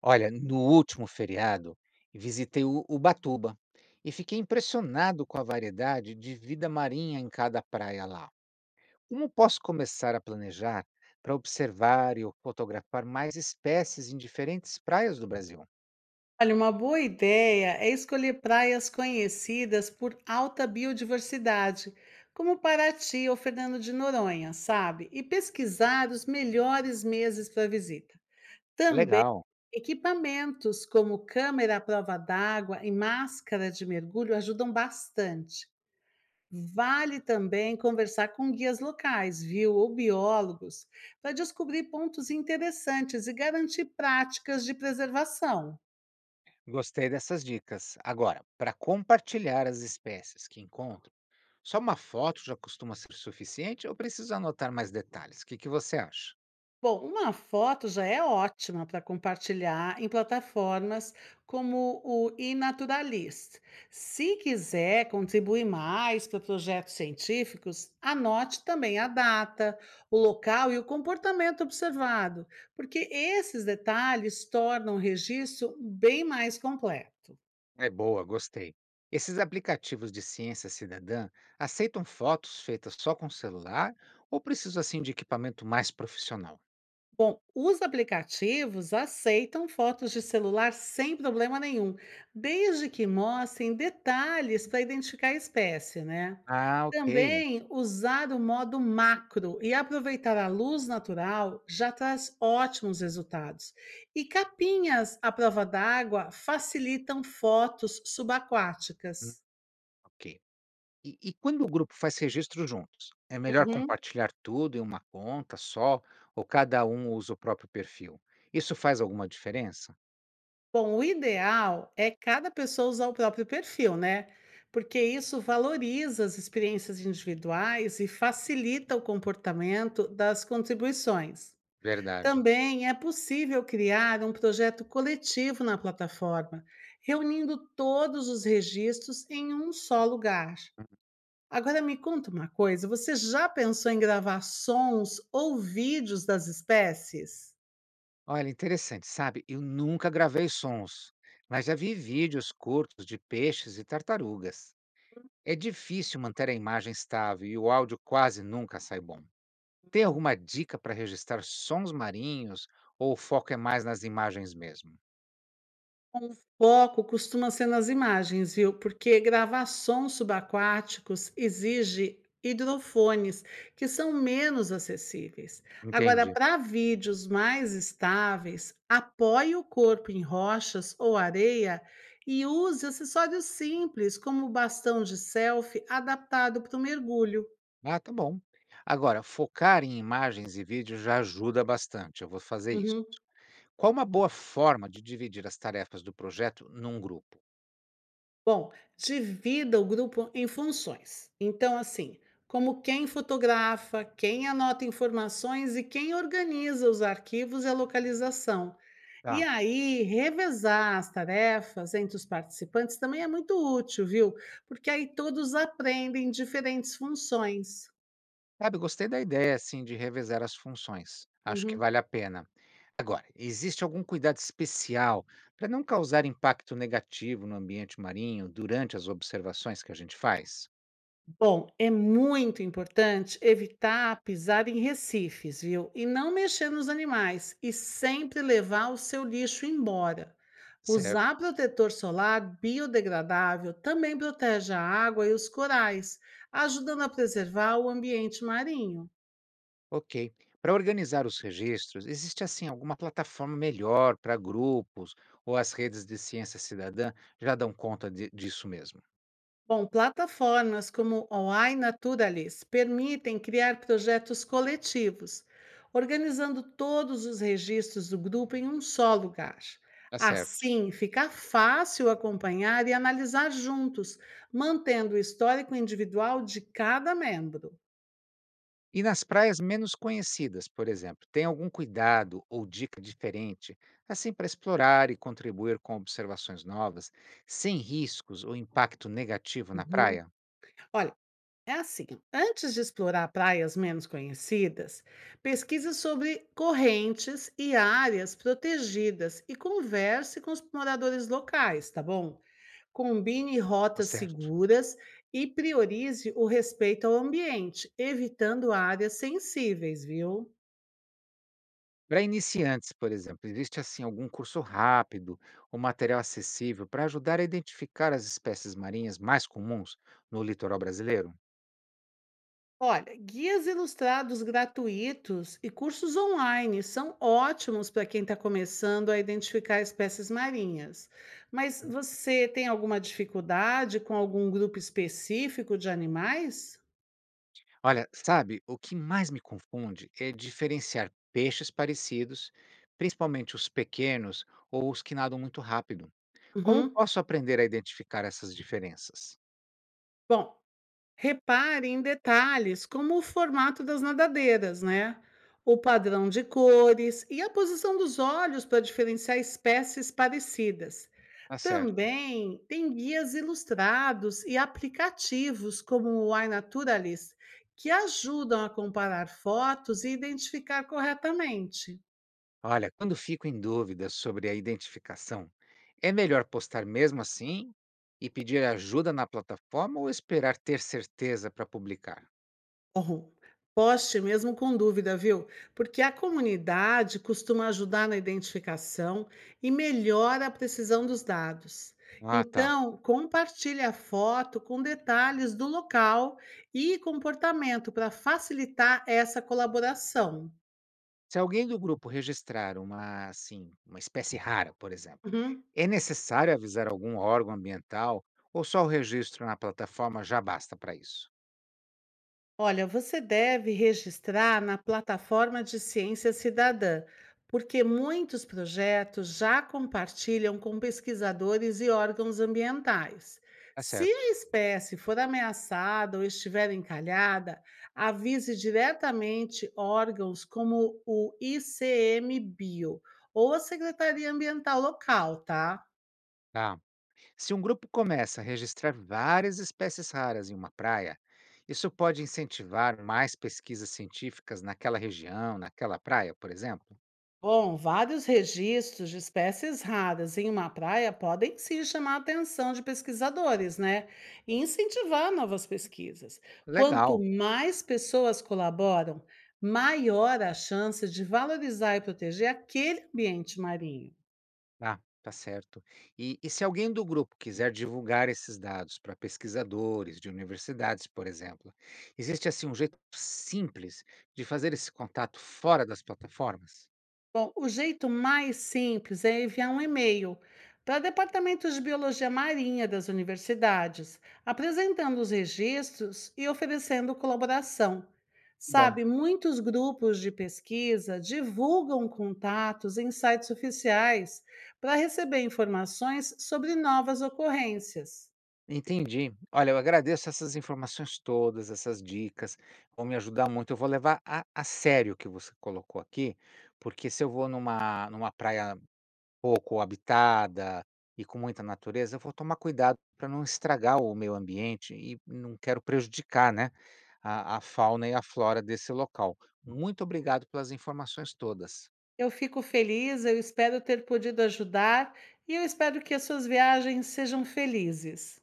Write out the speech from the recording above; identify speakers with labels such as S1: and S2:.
S1: Olha, no último feriado, visitei o Ubatuba e fiquei impressionado com a variedade de vida marinha em cada praia lá. Como posso começar a planejar para observar e fotografar mais espécies em diferentes praias do Brasil?
S2: Olha, uma boa ideia é escolher praias conhecidas por alta biodiversidade, como Paraty ou Fernando de Noronha, sabe? E pesquisar os melhores meses para visita. Também
S1: Legal,
S2: equipamentos como câmera à prova d'água e máscara de mergulho ajudam bastante. Vale também conversar com guias locais, viu, ou biólogos, para descobrir pontos interessantes e garantir práticas de preservação.
S1: gostei dessas dicas. Agora, para compartilhar as espécies que encontro, só uma foto já costuma ser suficiente ou preciso anotar mais detalhes? O que que você acha?
S2: Bom, uma foto já é ótima para compartilhar em plataformas como o iNaturalist. Se quiser contribuir mais para projetos científicos, anote também a data, o local e o comportamento observado, porque esses detalhes tornam o registro bem mais completo.
S1: É boa, gostei. Esses aplicativos de ciência cidadã aceitam fotos feitas só com celular ou preciso assim de equipamento mais profissional?
S2: Bom, os aplicativos aceitam fotos de celular sem problema nenhum, desde que mostrem detalhes para identificar a espécie, né?
S1: Ah, ok.
S2: Também usar o modo macro e aproveitar a luz natural já traz ótimos resultados. E capinhas à prova d'água facilitam fotos
S1: Hum.
S2: subaquáticas.
S1: Ok. E quando o grupo faz registro juntos, é melhor
S2: Uhum.
S1: compartilhar tudo em uma conta só ou cada um usa o próprio perfil? Isso faz alguma diferença?
S2: Bom, o ideal é cada pessoa usar o próprio perfil, né? Porque isso valoriza as experiências individuais e facilita o comportamento das contribuições.
S1: Verdade.
S2: Também é possível criar um projeto coletivo na plataforma, reunindo todos os registros em um só lugar. Agora me conta uma coisa: você já pensou em gravar sons ou vídeos das espécies?
S1: Olha, interessante, sabe? Eu nunca gravei sons, mas já vi vídeos curtos de peixes e tartarugas. É difícil manter a imagem estável e o áudio quase nunca sai bom. Tem alguma dica para registrar sons marinhos ou o foco é mais nas imagens mesmo?
S2: O foco costuma ser nas imagens, viu? Porque gravar sons subaquáticos exige hidrofones, que são menos acessíveis. Agora,
S1: Entendi.
S2: para vídeos mais estáveis, apoie o corpo em rochas ou areia e use acessórios simples, como o bastão de selfie adaptado para o mergulho.
S1: Ah, tá bom. Agora, focar em imagens e vídeos já ajuda bastante. Eu vou fazer isso.
S2: Uhum.
S1: Qual uma boa forma de dividir as tarefas do projeto num grupo?
S2: Bom, divida o grupo em funções. Então, assim, como quem fotografa, quem anota informações e quem organiza os arquivos e a localização. E
S1: Tá.
S2: aí, revezar as tarefas entre os participantes também é muito útil, viu? Porque aí todos aprendem diferentes funções.
S1: Sabe, gostei da ideia, assim, de revezar as funções. Acho que
S2: Uhum.
S1: vale a pena. Agora, existe algum cuidado especial para não causar impacto negativo no ambiente marinho durante as observações que a gente faz?
S2: Bom, é muito importante evitar pisar em recifes, viu? E não mexer nos animais e sempre levar o seu lixo embora.
S1: Certo,
S2: Usar protetor solar biodegradável também protege a água e os corais, ajudando a preservar o ambiente marinho.
S1: ok. Para organizar os registros, existe assim alguma plataforma melhor para grupos ou as redes de ciência cidadã já dão conta de- disso mesmo?
S2: Bom, plataformas como o iNaturalis permitem criar projetos coletivos, organizando todos os registros do grupo em um só lugar.
S1: Tá certo.
S2: Assim, fica fácil acompanhar e analisar juntos, mantendo o histórico individual de cada membro.
S1: E nas praias menos conhecidas, por exemplo, tem algum cuidado ou dica diferente, assim para explorar e contribuir com observações novas, sem riscos ou impacto negativo na
S2: Uhum.
S1: praia?
S2: Olha, é assim, antes de explorar praias menos conhecidas, pesquise sobre correntes e áreas protegidas e converse com os moradores locais, tá bom? Combine
S1: Tá
S2: rotas
S1: certo.
S2: seguras e priorize o respeito ao ambiente, evitando áreas sensíveis, viu?
S1: Para iniciantes, por exemplo, existe assim algum curso rápido ou material acessível para ajudar a identificar as espécies marinhas mais comuns no litoral brasileiro?
S2: Olha, guias ilustrados gratuitos e cursos online são ótimos para quem está começando a identificar espécies marinhas. Mas você tem alguma dificuldade com algum grupo específico de animais?
S1: Olha, sabe, o que mais me confunde é diferenciar peixes parecidos, principalmente os pequenos ou os que nadam muito rápido. Como
S2: Uhum.
S1: posso aprender a identificar essas diferenças?
S2: Bom, repare em detalhes como o formato das nadadeiras, né? O padrão de cores e a posição dos olhos para diferenciar espécies parecidas.
S1: Tá certo.
S2: Também tem guias ilustrados e aplicativos como o iNaturalist, que ajudam a comparar fotos e identificar corretamente.
S1: Olha, quando fico em dúvida sobre a identificação, é melhor postar mesmo assim e pedir ajuda na plataforma ou esperar ter certeza para publicar?
S2: Bom, poste mesmo com dúvida, viu? Porque a comunidade costuma ajudar na identificação e melhora a precisão dos dados.
S1: Ah, tá.
S2: Então, compartilhe a foto com detalhes do local e comportamento para facilitar essa colaboração.
S1: Se alguém do grupo registrar uma, assim, uma espécie rara, por exemplo,
S2: Uhum.
S1: é necessário avisar algum órgão ambiental ou só o registro na plataforma já basta para isso?
S2: Olha, você deve registrar na plataforma de Ciência Cidadã, porque muitos projetos já compartilham com pesquisadores e órgãos ambientais.
S1: Tá
S2: Se
S1: certo.
S2: a espécie for ameaçada ou estiver encalhada, avise diretamente órgãos como o ICMBio ou a Secretaria Ambiental local, tá?
S1: Tá. Se um grupo começa a registrar várias espécies raras em uma praia, isso pode incentivar mais pesquisas científicas naquela região, naquela praia, por exemplo?
S2: Bom, vários registros de espécies raras em uma praia podem sim chamar a atenção de pesquisadores, né? E incentivar novas pesquisas. Quanto
S1: Legal.
S2: mais pessoas colaboram, maior a chance de valorizar e proteger aquele ambiente marinho.
S1: Ah, tá certo. E se alguém do grupo quiser divulgar esses dados para pesquisadores de universidades, por exemplo, existe assim um jeito simples de fazer esse contato fora das plataformas?
S2: Bom, o jeito mais simples é enviar um e-mail para departamentos de biologia marinha das universidades, apresentando os registros e oferecendo colaboração.
S1: Bom,
S2: Sabe, muitos grupos de pesquisa divulgam contatos em sites oficiais para receber informações sobre novas ocorrências.
S1: entendi. Olha, eu agradeço essas informações todas, essas dicas, vão me ajudar muito. Eu vou levar a sério o que você colocou aqui, porque se eu vou numa, numa praia pouco habitada e com muita natureza, eu vou tomar cuidado para não estragar o meio ambiente e não quero prejudicar, né, a fauna e a flora desse local. Muito obrigado pelas informações todas.
S2: Eu fico feliz, eu espero ter podido ajudar e eu espero que as suas viagens sejam felizes.